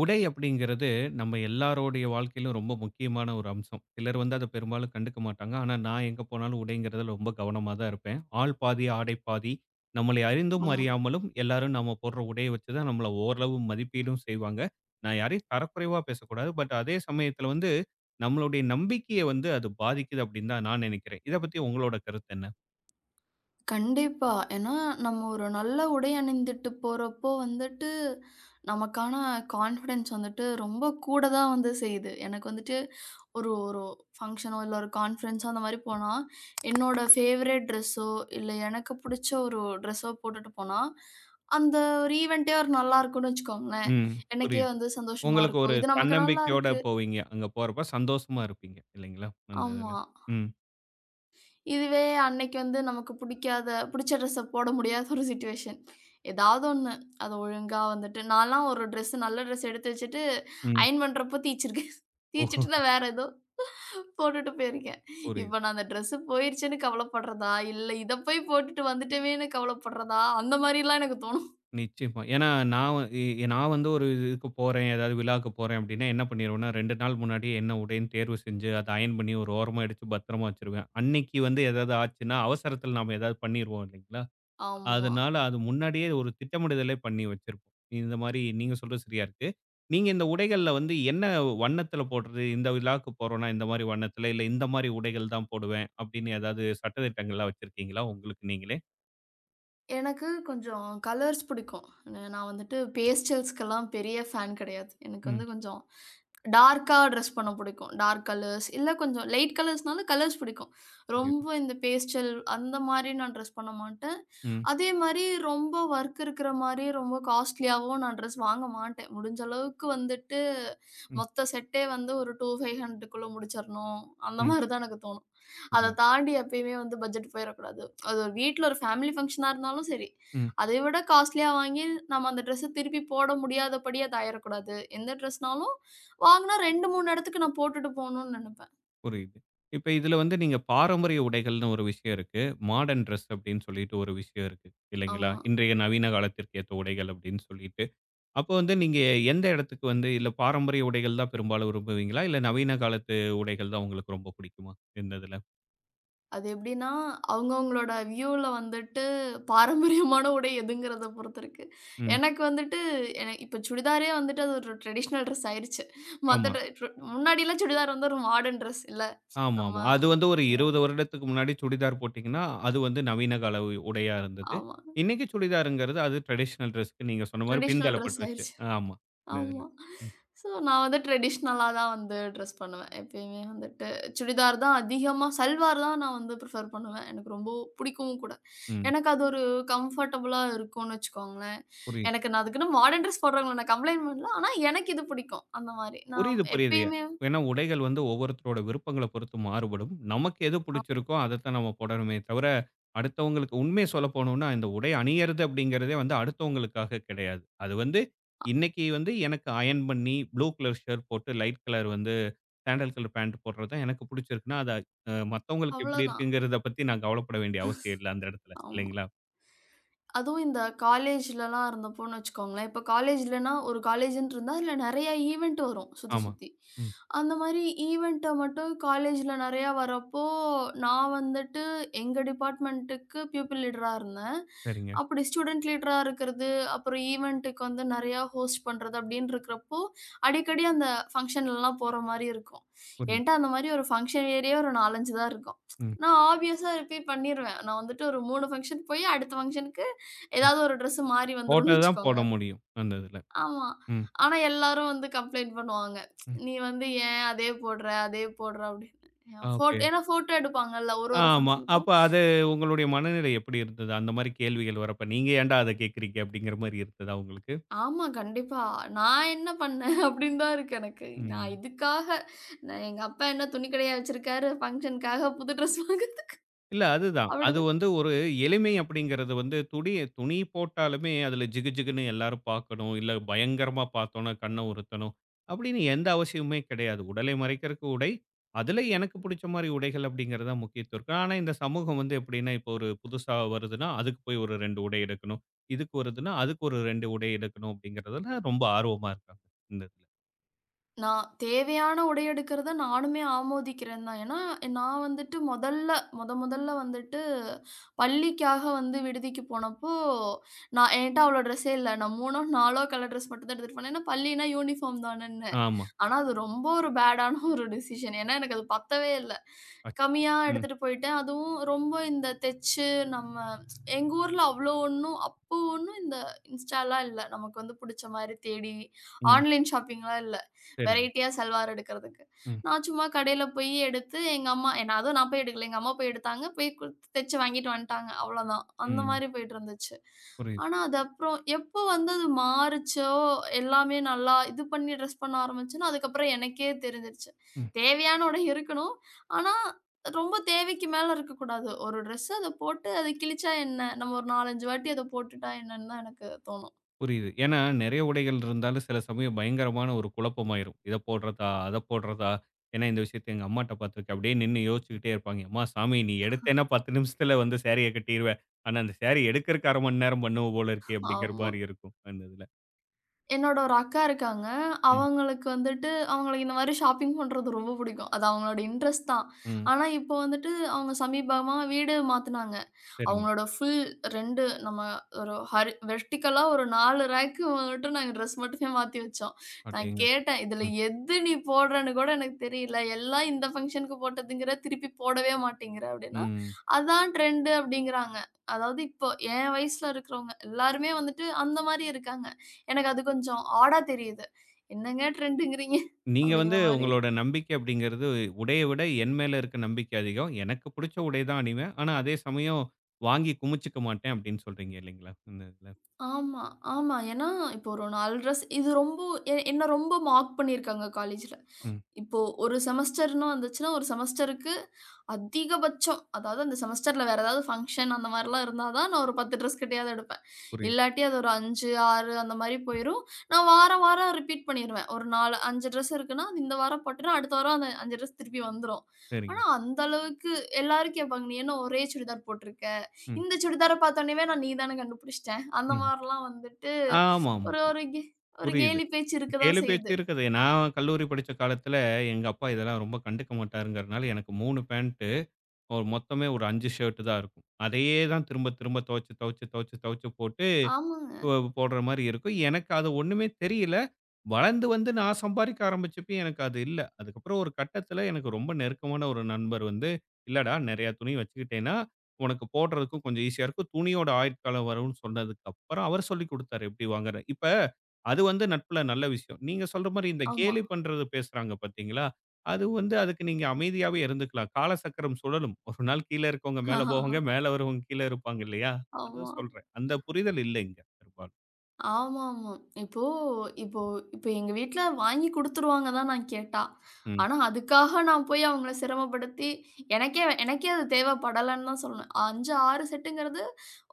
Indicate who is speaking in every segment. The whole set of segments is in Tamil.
Speaker 1: உடை அப்படிங்கிறது நம்ம எல்லாருடைய வாழ்க்கையிலும் ரொம்ப முக்கியமான ஒரு அம்சம். சிலர் வந்து அத பெரும்பாலும் கண்டுக்க மாட்டாங்க. ஆனா, நான் எங்க போனாலும் உடைங்கிறதுல ரொம்ப கவனமா தான் இருப்பேன். ஆள் பாதி, ஆடை பாதி. நம்மளை அறிந்தும்
Speaker 2: ஆமா.
Speaker 1: அறியாமலும் எல்லாரும் நம்ம போடுற உடைய வச்சு தான் நம்மள ஓரளவு மதிப்பீடும் செய்வாங்க. நான் யாரையும் தரக்குறைவா பேசக்கூடாது. பட் அதே சமயத்துல வந்து நம்மளுடைய நம்பிக்கைய வந்து அது பாதிக்குது அப்படின்னு தான் நான் நினைக்கிறேன். இத பத்தி உங்களோட கருத்து என்ன?
Speaker 2: கண்டிப்பா. ஏன்னா, நம்ம ஒரு நல்ல உடை அணிந்துட்டு போறப்போ வந்துட்டு, நமக்கான கான்ஃபிடன்ஸ் வந்துட்டு ரொம்ப கூட தான் வந்து செய்யுது. எனக்கு வந்துட்டு ஒரு ஒரு ஃபங்ஷனோ, இல்ல ஒரு கான்ஃபரன்ஸோ அந்த மாரி போனா, என்னோட ஃபேவரட் ட்ரெஸ்ஸோ, இல்ல எனக்கு புடிச்ச ஒரு ட்ரெஸ்ஸோ போட்டுட்டு போனா, அந்த ஒரு ஈவென்ட்டே ஒரு நல்லா இருக்கும்னு வச்சுக்கோங்களேன்.
Speaker 1: ம்.
Speaker 2: எனக்கே
Speaker 1: புரியுது.
Speaker 2: வந்து சந்தோஷமா
Speaker 1: உங்களுக்கு
Speaker 2: இருக்கும்.
Speaker 1: ஒரு
Speaker 2: இது நமக்கு நல்லா
Speaker 1: தன்னம்பிக்கையோட
Speaker 2: இருக்கு.
Speaker 1: போவீங்க. அங்க போறப்ப சந்தோஷமா இருப்பீங்க இல்லைங்களா? அந்த இதுல.
Speaker 2: ஆமா.
Speaker 1: ம்.
Speaker 2: இதுவே அன்னைக்கு வந்து நமக்கு பிடிச்ச ட்ரெஸ்ஸ போட முடியாத ஒரு சிச்சுவேஷன். ஏதாவது ஒண்ணு. அத ஒழுங்கா வந்துட்டு நான்லாம் ஒரு ட்ரெஸ் நல்ல ட்ரெஸ் எடுத்து வச்சுட்டு, அயர்ன் பண்றப்போ தீய்ச்சிருக்கேன்.
Speaker 1: ஓஹோ!
Speaker 2: தீய்ச்சிட்டு நான் வேற ஏதோ போட்டுட்டு போயிருக்கேன். இப்ப
Speaker 1: புரியுது.
Speaker 2: நான் அந்த ட்ரெஸ் போயிருச்சுன்னு கவலைப்படுறதா, இல்ல இத போய் போட்டுட்டு வந்துட்டோமேன்னு கவலைப்படுறதா, அந்த மாரிலாம் எனக்கு தோணும்.
Speaker 1: நிச்சயமா. ஏன்னா நான் வ- இ இ- நான் வந்து ஒரு இதுக்கு போறேன், ஏதாவது விழாவுக்கு போறேன் அப்படின்னா என்ன பண்ணிருவேன்னா, 2 நாள் முன்னாடியே என்ன உடைன்னு தேர்வு செஞ்சு, அத அயர்ன் பண்ணி ஒரு ஓரமா எடுத்து பத்திரமா வச்சுருவேன். அன்னைக்கு வந்து ஏதாவது ஆச்சுன்னா, அவசரத்தில நாம ஏதாவது பண்ணிருவோம் இல்லைங்களா?
Speaker 2: ஆமா.
Speaker 1: அதனால அது முன்னாடியே ஒரு திட்டமிடுதலே பண்ணி வச்சிருப்போம். இந்த மாரி நீங்க சொல்றது சரியா இருக்கு. நீங்க இந்த உடைகள்ல வந்து என்ன வண்ணத்தில போடுறது? இந்த விழாவுக்கு போறோம்னா இந்த மாரி வண்ணத்தில, இல்ல இந்த மாரி உடைகள் தான் போடுவேன் அப்படின்னு ஏதாவது சட்டதிட்டங்கள்லாம் வச்சிருக்கீங்களா உங்களுக்கு நீங்களே?
Speaker 2: எனக்கு கொஞ்சம் கலர்ஸ் பிடிக்கும். நான் வந்துட்டு பேஸ்டல்ஸ்க்கெல்லாம் பெரிய ஃபேன் கிடையாது. எனக்கு
Speaker 1: ம்.
Speaker 2: வந்து கொஞ்சம் டார்க்கா ட்ரெஸ் பண்ண பிடிக்கும். டார்க் கலர்ஸ் இல்ல கொஞ்சம் லைட் கலர்ஸ்னாலும் கலர்ஸ் பிடிக்கும்.
Speaker 1: புரியுது.
Speaker 2: ரொம்ப இந்த பேஸ்டல் அந்த மாரி நான் ட்ரெஸ் பண்ண மாட்டேன்.
Speaker 1: ம்.
Speaker 2: அதே மாரி ரொம்ப ஒர்க் இருக்கிற மாரி ரொம்ப காஸ்ட்லியாவும் நான் ட்ரெஸ் வாங்க மாட்டேன். முடிஞ்ச அளவுக்கு வந்துட்டு
Speaker 1: ம்.
Speaker 2: மொத்த செட்டே வந்து ஒரு 2500க்குள்ள முடிச்சிரணும். அந்த
Speaker 1: ம்.
Speaker 2: மாரி தான் எனக்கு தோணும். அத
Speaker 1: புரியுது.
Speaker 2: தாண்டி எப்பயுமே வந்து பட்ஜெட் போயிறக்கூடாது. அது ஒரு வீட்ல ஒரு ஃபேமிலி ஃபங்ஷனா இருந்தாலும் சரி,
Speaker 1: ம்.
Speaker 2: அதை விட காஸ்ட்லியா வாங்கி நம்ம அந்த ட்ரெஸ்ஸ திருப்பி போட முடியாதபடி அது ஆயிறக்கூடாது. எந்த ட்ரெஸ்னாலும் வாங்குனா 2, 3 இடத்துக்கு நான் போட்டுட்டு போணும்னு நெனப்பேன்.
Speaker 1: புரியுது. இப்ப இதுல வந்து நீங்க பாரம்பரிய உடைகள்னு ஒரு விஷயம் இருக்கு. மாடர்ன் டிரெஸ் அப்படின்னு சொல்லிட்டு ஒரு விஷயம் இருக்கு. இல்லைங்களா?
Speaker 2: ஆமா.
Speaker 1: இன்றைய நவீன காலத்திற்கு ஏத்த உடைகள் அப்படின்னு சொல்லிட்டு. அப்போ வந்து நீங்க எந்த இடத்துக்கு வந்து இல்ல பாரம்பரிய உடைகள் தான் பெரும்பாலும் விரும்புவீங்களா? இல்ல நவீன காலத்து உடைகள் தான் உங்களுக்கு ரொம்ப பிடிக்குமா? இந்த இதுல.
Speaker 2: அது எப்படின்னா, அவங்கவங்களோட வியூல வந்துட்டு பாரம்பரியமான உடை எதுங்கிறத பொறுத்து இருக்கு.
Speaker 1: ம்.
Speaker 2: எனக்கு வந்துட்டு என இப்ப சுடிதாரே வந்துட்டு அது ஒரு ட்ரெடிஷனல் ட்ரெஸ் ஆயிருச்சு. மத்த
Speaker 1: ஆமா.
Speaker 2: ட்ரெ ட்ரெ முன்னாடிலாம் சுடிதார் வந்து ஒரு மாடர்ன் ட்ரெஸ் இல்ல. நம்ம
Speaker 1: ஆமாமா. அது வந்து ஒரு 20 வருடத்துக்கு முன்னாடி சுடிதார் போட்டீங்கன்னா, அது வந்து நவீன கால உடையா இருந்தது.
Speaker 2: ஆமா.
Speaker 1: இன்னைக்கு சுடிதாருங்கிறது அது ட்ரெடிஷனல் டிரெஸ்க்கு நீங்க சொன்ன மாரி
Speaker 2: ட்ரெடிஷனல் ட்ரெஸ்
Speaker 1: பின்தள்ளப்பட்டுருச்சு.
Speaker 2: ஆயிருச்சு.
Speaker 1: ஆமா. இந்த இதுல.
Speaker 2: ஆமா.
Speaker 1: ம்.
Speaker 2: ஸோ நான் வந்து ட்ரெடிஷ்னலா தான் வந்து ட்ரெஸ் பண்ணுவேன். எப்பயுமே வந்துட்டு சுடிதார் தான் அதிகமா சல்வார் தான் நான் வந்து ப்ரிஃபர் பண்ணுவேன். எனக்கு ரொம்ப பிடிக்கவும் கூட.
Speaker 1: ம்.
Speaker 2: எனக்கு அது ஒரு கம்ஃபர்டபுளா இருக்கும்னு வச்சுக்கோங்களேன்.
Speaker 1: புரியுது.
Speaker 2: எனக்கு நான் அதுக்குன்னு மாடர்ன் ட்ரெஸ் போடுறவங்கள நான் கம்ப்ளைண்ட் பண்ணல. ஆனா எனக்கு இது பிடிக்கும். அந்த மாரி. நான்
Speaker 1: புரியுது, புரியுது.
Speaker 2: எப்பயுமே
Speaker 1: ஏன்னா உடைகள் வந்து ஒவ்வொருத்தரோட விருப்பங்கள பொறுத்து மாறுபடும். நமக்கு எது பிடிச்சிருக்கோ அதத்தான் நம்ம போடணுமே தவிர, அடுத்தவங்களுக்கு உண்மைய சொல்லப் போனோம்னா, இந்த உடை அணியறது அப்படிங்கிறதே வந்து அடுத்தவங்களுக்காக கிடையாது. அது வந்து
Speaker 2: ஆமா.
Speaker 1: இன்னைக்கு வந்து எனக்கு அயர்ன் பண்ணி ப்ளூ கலர் ஷர்ட் போட்டு லைட் கலர் வந்து சாண்டல் கலர் பேண்ட் போடுறது தான் எனக்கு பிடிச்சிருக்குன்னா, அத அ மத்தவங்களுக்கு எப்படி
Speaker 2: அவ்வளோதான்.
Speaker 1: இருக்குங்கிறத பத்தி நான் கவலைப்பட வேண்டிய அவசியம் இல்ல அந்த இடத்துல.
Speaker 2: ஆமா.
Speaker 1: இல்லைங்களா?
Speaker 2: அதுவும் இந்த காலேஜ்லலாம் இருந்தப்போன்னு வச்சுக்கோங்களேன். இப்ப காலேஜ்லனா ஒரு காலேஜ்ன்னு இருந்தா, அதில நெறைய ஈவென்ட் வரும் சுத்தி,
Speaker 1: ஆமா.
Speaker 2: சுத்தி.
Speaker 1: ம்.
Speaker 2: அந்த மாரி ஈவென்ட்ட மட்டும் காலேஜ்ல நெறையா வரப்போ, நான் வந்துட்டு எங்க டிபார்ட்மென்ட்டுக்கு பியூப்பிள் லீடரா இருந்தேன்.
Speaker 1: சரிங்க.
Speaker 2: அப்படி ஸ்டூடண்ட் லீடரா இருக்கிறது, அப்புறம் ஈவென்ட்டுக்கு வந்து நெறையா ஹோஸ்ட் பண்றது அப்படின்னு இருக்கிறப்போ, அடிக்கடி அந்த ஃபங்ஷன்லலாம் போற மாரி இருக்கும்.
Speaker 1: புரியுது.
Speaker 2: என்ட்ட அந்த மாரி ஒரு ஃபங்ஷன் வேறயே ஒரு 4, 5 தான் இருக்கும்.
Speaker 1: ம்.
Speaker 2: நான் ஆப்வியஸா ரிப்பீட் பண்ணிருவேன். நான் வந்துட்டு ஒரு 3 ஃபங்ஷன் போய், அடுத்த ஃபங்ஷனுக்கு
Speaker 1: ம்.
Speaker 2: ஏதாவது ஒரு ட்ரெஸ் மாறி வந்துரும்னு
Speaker 1: போட்டது தான் போட
Speaker 2: வச்சுக்கோங்களேன்.
Speaker 1: முடியும். அந்த இதுல.
Speaker 2: ஆமா.
Speaker 1: ம்.
Speaker 2: ஆனா எல்லாரும் வந்து கம்ப்ளைண்ட் பண்ணுவாங்க.
Speaker 1: ம்.
Speaker 2: "நீ வந்து ஏன் அதே போடுற? அதே போடுற?" அப்படின்னு.
Speaker 1: ஆ. ஓகே.
Speaker 2: ஃபோட் ஏன்னா ஃபோட்டோ எடுப்பாங்கல்ல ஒரு ஒரு
Speaker 1: ஆமா.
Speaker 2: ஃபங்ஷனுக்கும்.
Speaker 1: அப்ப அது உங்களுடைய மனநிலை எப்படி இருந்தது? அந்த மாரி கேள்விகள் வரப்ப, நீங்க ஏன்டா அத கேட்கிறீங்க? அப்படிங்கிற மாரி இருந்ததா உங்களுக்கு?
Speaker 2: ஆமா கண்டிப்பா. நான் என்ன பண்ணேன் அப்படின்னு தான் இருக்கு எனக்கு. நான்
Speaker 1: ம்.
Speaker 2: இதுக்காக நான் எங்க அப்பா என்ன துணி கடையா வச்சிருக்காரு, ஃபங்ஷனுக்காக புது ட்ரெஸ் வாங்குறது.
Speaker 1: இல்ல அதுதான்.
Speaker 2: அப்படி
Speaker 1: அது வந்து ஒரு எளிமை அப்படிங்கிறது வந்து துணி போட்டாலுமே அதில ஜிகு ஜிகுன்னு எல்லாரும் பார்க்கணும். இல்ல பயங்கரமா பார்த்தோம்னா கண்ண உறுத்தணும். அப்படின்னு எந்த அவசியமுமே கிடையாது. உடலை மறைக்கிறக்கு உடை. அதில எனக்கு புடிச்ச மாரி உடைகள் அப்படிங்கிறது தான் முக்கியத்துவம் இருக்கு. ஆனா இந்த சமூகம் வந்து எப்படின்னா, இப்போ ஒரு புதுசா வருதுன்னா, அதுக்கு போய் ஒரு 2 உடை எடுக்கணும். இதுக்கு வருதுன்னா, அதுக்கு ஒரு 2 உடை எடுக்கணும் அப்படிங்கிறதுல ரொம்ப ஆர்வமா இருக்காங்க. இந்த இதுல.
Speaker 2: நான் தேவையான உடை எடுக்கிறத நானுமே ஆமோதிக்கிறேன் தான். ஏன்னா, நான் வந்துட்டு முதல்ல முதல்ல வந்துட்டு பள்ளிக்காக வந்து விடுதிக்கு போனப்போ, நான் என்ட்ட அவ்வளோ ட்ரெஸ்ஸே இல்ல. நான் 3ஓ, 4ஓ கலர் ட்ரெஸ் மட்டும் தான் எடுத்துட்டு போனேன். ஏன்னா பள்ளினா யூனிஃபார்ம் தானேன்னேன்.
Speaker 1: ஆமா.
Speaker 2: ஆனா அது ரொம்ப ஒரு பேடான ஒரு டிசிஷன். ஏன்னா எனக்கு அது பத்தவே இல்ல.
Speaker 1: அ
Speaker 2: கம்மியா
Speaker 1: ம்,
Speaker 2: எடுத்துட்டு போயிட்டேன். அதுவும் ரொம்ப இந்த தெச்சு நம்ம எங்க ஊர்ல அவ்ளோ ஒண்ணும் அப்போ ஒண்ணும் இந்த இன்ஸ்டாலாம் இல்ல. நமக்கு வந்து புடிச்ச மாரி தேடி
Speaker 1: ம்.
Speaker 2: ஆன்லைன் ஷாப்பிங்லாம் இல்ல.
Speaker 1: சரிங்க.
Speaker 2: வெரைட்டியா சல்வார் எடுக்கிறதுக்கு.
Speaker 1: ம்,
Speaker 2: நான் சும்மா கடையில போய் எடுத்து எங்க அம்மா ஏன்னா அதுவும் நான் போய் எடுக்கல. எங்க அம்மா போய் எடுத்தாங்க. போய் குடுத்து தெச்சு வாங்கிட்டு வந்துட்டாங்க. அவ்ளோதான். அந்த
Speaker 1: ம்.
Speaker 2: மாரி போயிட்டு இருந்துச்சு.
Speaker 1: புரியுது.
Speaker 2: ஆனா அது அப்புறம் எப்போ வந்து அது மாறுச்சோ, எல்லாமே நல்லா இது பண்ணி ட்ரெஸ் பண்ண ஆரம்பிச்சேனோ, அதுக்கப்புறம் எனக்கே தெரிஞ்சிருச்சு.
Speaker 1: ம்.
Speaker 2: தேவையான உடை இருக்கணும். ஆனா ரொம்ப தேவைக்கு மேல இருக்கக்கூடாது. ஒரு ட்ரெஸ் அத போட்டு அத கிழிச்சா என்ன? நம்ம ஒரு 4, 5 வாட்டி அத போட்டுட்டா என்னன்னு தான் எனக்கு தோணும்.
Speaker 1: புரியுது. ஏன்னா நெறைய உடைகள் இருந்தாலும் சில சமயம் பயங்கரமான ஒரு குழப்பமாயிரும். இத போடுறதா? அத போடுறதா? ஏன்னா இந்த விஷயத்த எங்க அம்மாட்ட பார்த்துருக்கேன். அப்படியே நின்னு யோசிச்சுக்கிட்டே இருப்பாங்க. "அம்மா சாமி நீ எடுத்தேன்னா 10 நிமிஷத்துல வந்து சாரிய கட்டிருவ. ஆனா அந்த சாரி எடுக்கறக்கு 1/2 மணி நேரம் பண்ணுவ போல இருக்கே" அப்படிங்கிற
Speaker 2: ஆமா.
Speaker 1: மாரி இருக்கும் அந்த இதுல.
Speaker 2: என்னோட ஒரு அக்கா இருக்காங்க.
Speaker 1: ம்.
Speaker 2: அவங்களுக்கு வந்துட்டு அவங்களுக்கு இந்த மாரி ஷாப்பிங் பண்றது ரொம்ப பிடிக்கும். அது அவங்களோட இன்ட்ரெஸ்ட் தான்.
Speaker 1: ம்.
Speaker 2: ஆனா, இப்போ வந்துட்டு அவங்க சமீபமா வீடு மாத்துனாங்க.
Speaker 1: சரிங்க.
Speaker 2: அவங்களோட ஃபுல் 2 நம்ம ஒரு ஹரி வெர்டிகலா ஒரு 4 ரேக்கு வந்துட்டு நாங்க ட்ரெஸ் மட்டுமே மாத்தி வச்சோம். நான்
Speaker 1: அடேங்கப்பா!
Speaker 2: கேட்டேன், "இதுல
Speaker 1: ம்.
Speaker 2: எது நீ போடுறன்னு கூட எனக்கு தெரியல. எல்லாம் இந்த ஃபங்ஷனுக்கு போட்டதுங்கிற, திருப்பி போடவே மாட்டேங்கிற" அப்படின்னா,
Speaker 1: ம்.
Speaker 2: "அதான் ட்ரெண்டு" அப்படிங்கிறாங்க. அதாவது இப்போ என் வயசுல இருக்கிறவங்க எல்லாருமே வந்துட்டு அந்த மாரி இருக்காங்க. எனக்கு அது கொஞ்சம் ஆடா தெரியுது. என்னங்க ட்ரெண்டுங்கிறீங்க?
Speaker 1: நீங்க வந்து
Speaker 2: அப்படிங்கிற மாரி
Speaker 1: உங்களோட
Speaker 2: இருக்கு.
Speaker 1: நம்பிக்கை அப்படிங்கிறது உடைய விட என் மேல இருக்க நம்பிக்கை அதிகம். எனக்கு புடிச்ச உடை தான் அணிவேன். ஆனா அதே சமயம் வாங்கி குமிச்சுக்க மாட்டேன் அப்படின்னு சொல்றீங்க இல்லைங்களா? இந்த இதுல.
Speaker 2: ஆமா, ஆமா. ஏன்னா, இப்போ ஒரு 4 ட்ரெஸ் இது ரொம்ப என்ன ரொம்ப மார்க் பண்ணியிருக்காங்க காலேஜ்ல.
Speaker 1: ம்.
Speaker 2: இப்போ ஒரு செமஸ்டர்ன்னு வந்துச்சுன்னா, ஒரு செமஸ்டருக்கு அதிகபட்சம். அதாவது அந்த செமஸ்டர்ல வேற ஏதாவது ஃபங்ஷன் அந்த மாரிலாம் இருந்தா தான் நான் ஒரு 10 ட்ரெஸ் கிட்டயாவது எடுப்பேன்.
Speaker 1: புரியுது.
Speaker 2: இல்லாட்டி அது ஒரு 5, 6 அந்த மாரி போயிரும். நான் வாரம், வாரம் ரிப்பீட் பண்ணிருவேன். ஒரு 4 5 ட்ரெஸ் இருக்குன்னா, அது இந்த வாரம் போட்டேன்னா, அடுத்த வாரம் அந்த 5 ட்ரெஸ் திருப்பி வந்துரும்.
Speaker 1: சரிங்க.
Speaker 2: ஆனா, அந்த அளவுக்கு எல்லாரும் கேட்பாங்க. "நீ என்ன ஒரே சுடிதார் போட்டுருக்க?
Speaker 1: ம்,
Speaker 2: இந்த சுடிதார பார்த்தோனேவே நான் நீ தானு கண்டுபிடிச்சுட்டேன்." அந்த
Speaker 1: ம்.
Speaker 2: மாரிலாம் வந்துட்டு
Speaker 1: ஆமாமா.
Speaker 2: ஒரு ஒரு கே ஒரு
Speaker 1: புரியுது.
Speaker 2: கேலி பேச்சு இருக்க
Speaker 1: கேலி
Speaker 2: தான்
Speaker 1: பேச்சு
Speaker 2: செய்யுது.
Speaker 1: இருக்குது. நான் கல்லூரி படிச்ச காலத்துல, எங்க அப்பா இதெல்லாம் ரொம்ப கண்டுக்க மாட்டாருங்கிறனால, எனக்கு 3 பேண்ட், ஒரு மொத்தமே ஒரு 5 ஷர்ட் தான் இருக்கும். அதையே தான் திரும்ப திரும்ப துவைச்சு, துவைச்சு, துவைச்சு, துவைச்சு போட்டு
Speaker 2: ஆமாங்க.
Speaker 1: போ போடுற மாரி இருக்கும். எனக்கு அது ஒண்ணுமே தெரியல. வளர்ந்து வந்து நான் சம்பாரிக்க ஆரம்பிச்சப்பயும் எனக்கு அது இல்ல. அதுக்கப்புறம் ஒரு கட்டத்தில எனக்கு ரொம்ப நெருக்கமான ஒரு நண்பர் வந்து, "இல்லடா நெறையா துணி வச்சுக்கிட்டேன்னா, உனக்கு போடுறதுக்கும் கொஞ்சம் ஈஸியா இருக்கும். துணியோட ஆயுட்காலம் வரும்னு" சொன்னதுக்கு அப்புறம் அவர் சொல்லிக் குடுத்தாரு எப்படி வாங்குறேன். இப்ப அது வந்து நட்புல நல்ல விஷயம். நீங்க சொல்ற மாரி இந்த
Speaker 2: ஆமா.
Speaker 1: கேலி பண்றது பேசுறாங்க பார்த்தீங்களா? அது வந்து அதுக்கு நீங்க அமைதியாவே இருந்துக்கலாம். காலசக்கரம் சுழலும். ஒரு நாள் கீழ இருக்கவங்க மேல போவாங்க, மேல வரவங்க கீழ இருப்பாங்க இல்லையா? அதான்
Speaker 2: ஆமா.
Speaker 1: சொல்றேன். அந்த புரிதல் இல்ல இங்க பெரும்பாலும்.
Speaker 2: ஆமாமா. இப்போ இப்போ இப்போ எங்க வீட்ல வாங்கி குடுத்துருவாங்க தான் நான் கேட்டா.
Speaker 1: ம்.
Speaker 2: ஆனா, அதுக்காக நான் போய் அவங்கள சிரமப்படுத்தி, எனக்கே எனக்கே அது தேவைப்படலன்னு தான் சொல்லணும். 5, 6 செட்டுங்கிறது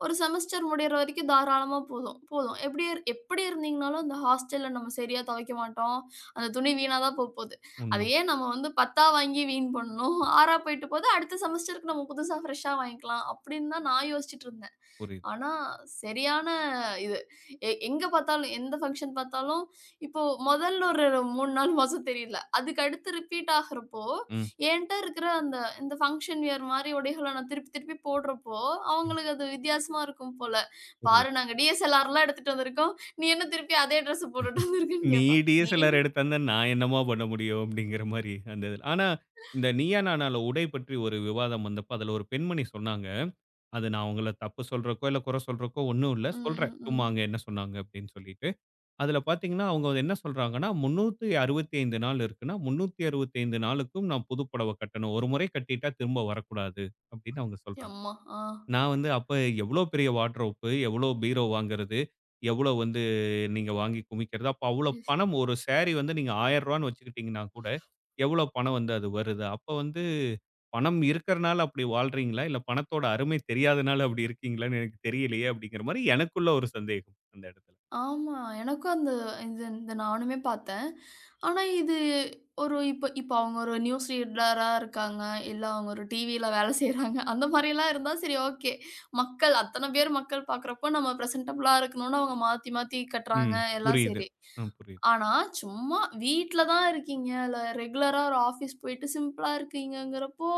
Speaker 2: ஒரு செமஸ்டர் முடியிற வரைக்கும் தாராளமா போதும், போதும். எப்படி இருந்தீங்கனாலும், அந்த ஹாஸ்டல்ல நம்ம சரியா துவைக்க மாட்டோம். அந்த துணி வீணா தான் போப்போது. அத
Speaker 1: உண்ம.
Speaker 2: ஏன் நம்ம வந்து 10ஆ வாங்கி வீண் பண்ணணும்? 6ஆ போயிட்டு போது, அடுத்த செமஸ்டருக்கு நம்ம புதுசா ஃப்ரெஷ்ஷா வாங்கிக்கலாம். அப்படின்னு தான் நான் யோசிச்சுட்டு இருந்தேன்.
Speaker 1: புரியுது.
Speaker 2: ஆனா, சரியான இது எங்க பார்த்தாலும், எந்த ஃபங்ஷன் பார்த்தாலும், இப்போ மொதல்ல ஒரு 3 நாள் மோசம் தெரியல. அதுக்கு அடுத்து ரிப்பீட் ஆகுறப்போ,
Speaker 1: ம்.
Speaker 2: என்ட்ட இருக்கிற அந்த இந்த ஃபங்ஷன் வியர் மாரி உடைகள நான் திருப்பி திருப்பி போடுறப்போ,
Speaker 1: ம்.
Speaker 2: அவங்களுக்கு அது வித்தியாசமா இருக்கும் போல. "பாரு
Speaker 1: புரியுது.
Speaker 2: நாங்க டிஎஸ்எல்ஆர்லாம் எடுத்துட்டு வந்திருக்கோம். நீ என்ன திருப்பி அதே ட்ரெஸ்ஸ போட்டுட்டு வந்திருக்கன்னு"
Speaker 1: நீ
Speaker 2: கேட்பாங்க. நீ
Speaker 1: டிஎஸ்எல்ஆர் எடுத்தன்னா நான் என்னம்மா பண்ண முடியும்? அப்படிங்கிற மாரி அந்த இதுல. ஆனா, இந்த நீயா நானால உடை பற்றி ஒரு விவாதம் வந்தப்ப அதுல ஒரு பெண்மணி சொன்னாங்க. அது நான் உங்கள தப்பு சொல்றக்கோ, இல்ல குறை சொல்றக்கோ ஒண்ணும் இல்ல.
Speaker 2: ம்,
Speaker 1: சொல்றேன்.
Speaker 2: ம்,
Speaker 1: சும்மா
Speaker 2: ம்.
Speaker 1: அங்க என்ன சொன்னாங்க அப்படின்னு சொல்லிட்டு. அதுல பார்த்தீங்கன்னா, அவங்க வந்து என்ன சொல்றாங்கன்னா, 365 நாள் இருக்குன்னா, 365 நாளுக்கும் நான் புது புடவை கட்டணும். ஒரு முறை கட்டிட்டா திரும்ப வரக்கூடாது அப்படின்னு அவங்க சொல்றாங்க.
Speaker 2: எம்மா! ஆ.
Speaker 1: நான் வந்து அப்ப எவ்வளோ பெரிய வார்ட்ரோப், எவ்வளோ பீரோ வாங்குறது, எவ்வளோ வந்து நீங்க வாங்கி குமிக்கிறது, அப்ப அவ்வளோ பணம் ஒரு சாரி வந்து நீங்க ரூ. 1000ன்னு வச்சுக்கிட்டீங்கன்னா கூட, எவ்வளோ பணம் வந்து அது வருது? அப்ப வந்து பணம் இருக்கிறனால அப்படி வாழ்றீங்களா? இல்ல பணத்தோட அருமை தெரியாதனால அப்படி இருக்கீங்களான்னு எனக்கு தெரியலையே அப்படிங்கிற மாரி எனக்குள்ள ஒரு சந்தேகம் அந்த இடத்துல.
Speaker 2: ஆமா. எனக்கும் அந்த இது இந்த நானுமே பார்த்தேன். ஆனா இது ஒரு இப்ப இப்ப அவங்க ஒரு நியூஸ் ரீடரா இருக்காங்க. இல்ல அவங்க ஒரு டிவில வேலை செய்றாங்க. அந்த மாரிலாம் இருந்தா சரி ஓகே. மக்கள் அத்தன பேர் மக்கள் பார்க்குறப்போ நம்ம பிரசன்டபிளா இருக்கணும்னு அவங்க மாத்தி மாத்தி கட்டுறாங்க.
Speaker 1: ம்.
Speaker 2: எல்லாம்
Speaker 1: புரியுது.
Speaker 2: சரி.
Speaker 1: ஆ புரியுது.
Speaker 2: ஆனா சும்மா வீட்ல தான் இருக்கீங்க. இல்ல ரெகுலரா ஒரு ஆஃபீஸ் போயிட்டு சிம்பிளா இருக்கீங்கங்கிறப்போ,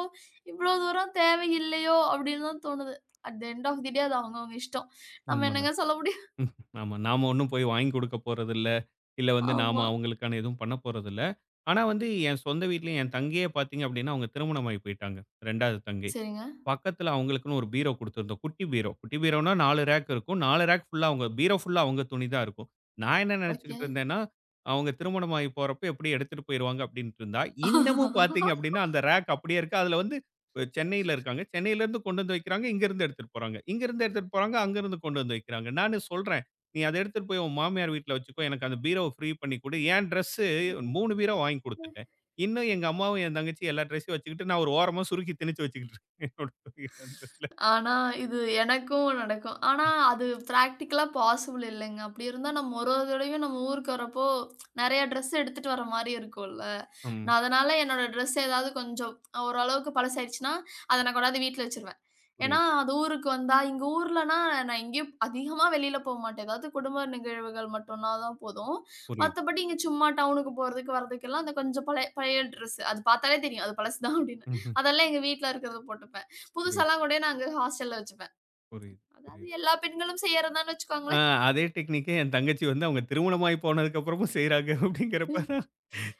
Speaker 2: இவ்ளோ தூரம் தேவையில்லையோ! அப்டின்னு தான் தோணுது. At the end of the day அது அவங்கவங்க இஷ்டம். நம்ம
Speaker 1: உண்ம தான்.
Speaker 2: என்னங்க சொல்ல முடியும்?
Speaker 1: ம். ஆமா. நாம ஒண்ணும் போய் வாங்கி குடுக்க போறதில்ல. இல்ல வந்து நாம
Speaker 2: ஆமா.
Speaker 1: அவங்களுக்கான எதுவும் பண்ண போறதில்ல. ஆனா வந்து என் சொந்த வீட்லயும் என் தங்கையே பார்த்தீங்க அப்டின்னா, அவங்க திருமணமாகி போயிட்டாங்க. 2வது தங்கை.
Speaker 2: சரிங்க.
Speaker 1: பக்கத்துல அவங்களுக்குன்னு ஒரு பீரோ குடுத்துருந்தோம். குட்டி பீரோ. குட்டி பீரோன்னா 4 ரேக் இருக்கும். 4 ரேக் ஃபுல்லா அவங்க பீரோ ஃபுல்லா அவங்க துணி தான் இருக்கும். நான் என்ன
Speaker 2: ஓகே.
Speaker 1: நெனச்சுக்கிட்டு இருந்தேன்னா, அவங்க திருமணம் ஆகி போறப்ப எப்படி எடுத்துட்டு போயிருவாங்க அப்டின்ட்டு இருந்தா, இன்னமும் பாத்தீங்க அப்டின்னா, அந்த ரேக் அப்படியே இருக்கு. அதுல வந்து அ சென்னையில இருக்காங்க. சென்னையிலருந்து கொண்டு வந்து வைக்கிறாங்க. இங்கருந்து எடுத்துட்டு போறாங்க. இங்கருந்து எடுத்துட்டு போறாங்க. அங்கருந்து கொண்டு வந்து வைக்கிறாங்க. நானு சொல்றேன், "நீ அத எடுத்துட்டு போய் உன் மாமியார் வீட்ல வச்சுக்கோ. எனக்கு அந்த பீரோவ ஃப்ரீ பண்ணி குடு." என் ட்ரெஸ்ஸு 3 பீரோ வாங்கி குடுத்துட்டேன். இன்னும் எங்க அம்மாவும், என் தங்கச்சியும் எல்லா ட்ரெஸ்ஸையும் வச்சுக்கிட்டு நான் ஒரு ஓரமா சுருக்கி திணிச்சு வச்சுக்கிட்டு என்னோட இருந்ததுல.
Speaker 2: ஆனா, இது எனக்கும் நடக்கும். ஆனா, அது பிராக்டிகலா பாசிபிள் இல்லங்க. அப்படி இருந்தா நம்ம ஒரு ஒரு தடவையும் நம்ம ஊருக்கு வரப்போ, நெறைய ட்ரெஸ் எடுத்துட்டு வர மாரி இருக்கும்ல.
Speaker 1: ம்.
Speaker 2: நான் அதனால என்னோட ட்ரெஸ் ஏதாவது கொஞ்சம் ஓரளவுக்கு பழசாயிடுச்சுன்னா, அத நான் கொண்டாந்து வீட்ல வச்சுருவேன். ஏன்னா,
Speaker 1: புரியுது,
Speaker 2: அது ஊருக்கு வந்தா எங்க ஊர்லனா நான் எங்கேயும் அதிகமா வெளியில போமாட்டேன். ஏதாவது குடும்ப நிகழ்வுகள் மட்டும்னா தான் போதும்.
Speaker 1: புரியுது.
Speaker 2: மத்தபடி இங்க சும்மா டவுனுக்கு போறதுக்கு, வரதுக்கெல்லாம் அந்த கொஞ்சம் பழைய பழைய ட்ரெஸ் அது பார்த்தாலே தெரியும். அது பழசு தான் அப்படின்னு.
Speaker 1: ம்ஹ்ம்.
Speaker 2: அதெல்லாம் எங்க வீட்ல இருக்கிறத போட்டுப்பேன்.
Speaker 1: புரியுது,
Speaker 2: புதுசாலாம் கூட நாங்க ஹாஸ்டல்ல வச்சுப்பேன்.
Speaker 1: புரியுது,
Speaker 2: அதாவது
Speaker 1: புரியுது.
Speaker 2: எல்லா பெண்களும் செய்யறதுதான்னு
Speaker 1: ஆ
Speaker 2: வச்சுக்கோங்களேன்.
Speaker 1: அதே டெக்னிக்கே என் தங்கச்சி வந்து அவங்க திருமணமாகி போனதுக்கு அப்புறமும் செய்றாங்க அப்படிங்கிறப்ப தான்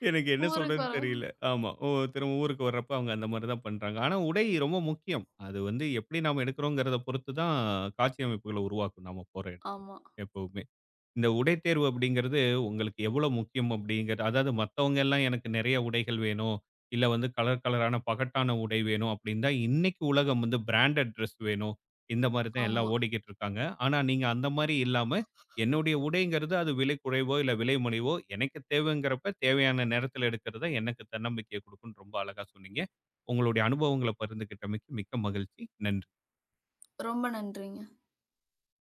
Speaker 1: எனக்கு என்ன
Speaker 2: ஊருக்கு
Speaker 1: சொல்றதுன்னு
Speaker 2: வரோம்.
Speaker 1: தெரியல. ஆமா. ஓ திரும்ப ஊருக்கு வர்றப்ப அவங்க அந்த மாரி தான் பண்றாங்க. ஆனா உடை ரொம்ப முக்கியம். அது வந்து எப்படி நாம எடுக்கிறோங்கிறத பொறுத்து தான் காட்சி அமைப்புகள உருவாக்கும் நாம போற இடத்துல
Speaker 2: ஆமா,
Speaker 1: எப்பவுமே. இந்த உடை தேர்வு அப்படிங்கிறது உங்களுக்கு எவ்வளோ முக்கியம் அப்படிங்கிறது அதாவது மத்தவங்க எல்லாம் எனக்கு நிறைய உடைகள் வேணும் இல்ல வந்து கலர் கலரான பகட்டான உடை வேணும் அப்படின்னா இன்னைக்கு உலகம் வந்து பிராண்டட் ட்ரெஸ் வேணும் இந்த மாதிரி தான் எல்லாம்
Speaker 2: ஆமா.
Speaker 1: ஓடிக்கிட்டு இருக்காங்க ஆனா நீங்க அந்த மாதிரி இல்லாம என்னுடைய உடைங்கிறது அது விலை குறைவோ இல்ல விலை மலிவோ எனக்கு தேவைங்கிறப்ப தேவையான நேரத்தில் எடுக்கிறது தான் எனக்கு தன்னம்பிக்கையை கொடுக்கும்னு ரொம்ப அழகா சொன்னீங்க உங்களுடைய அனுபவங்களை பகிர்ந்துகிட்டமைக்கு மிக்க மகிழ்ச்சி நன்றி
Speaker 2: ரொம்ப நன்றிங்க.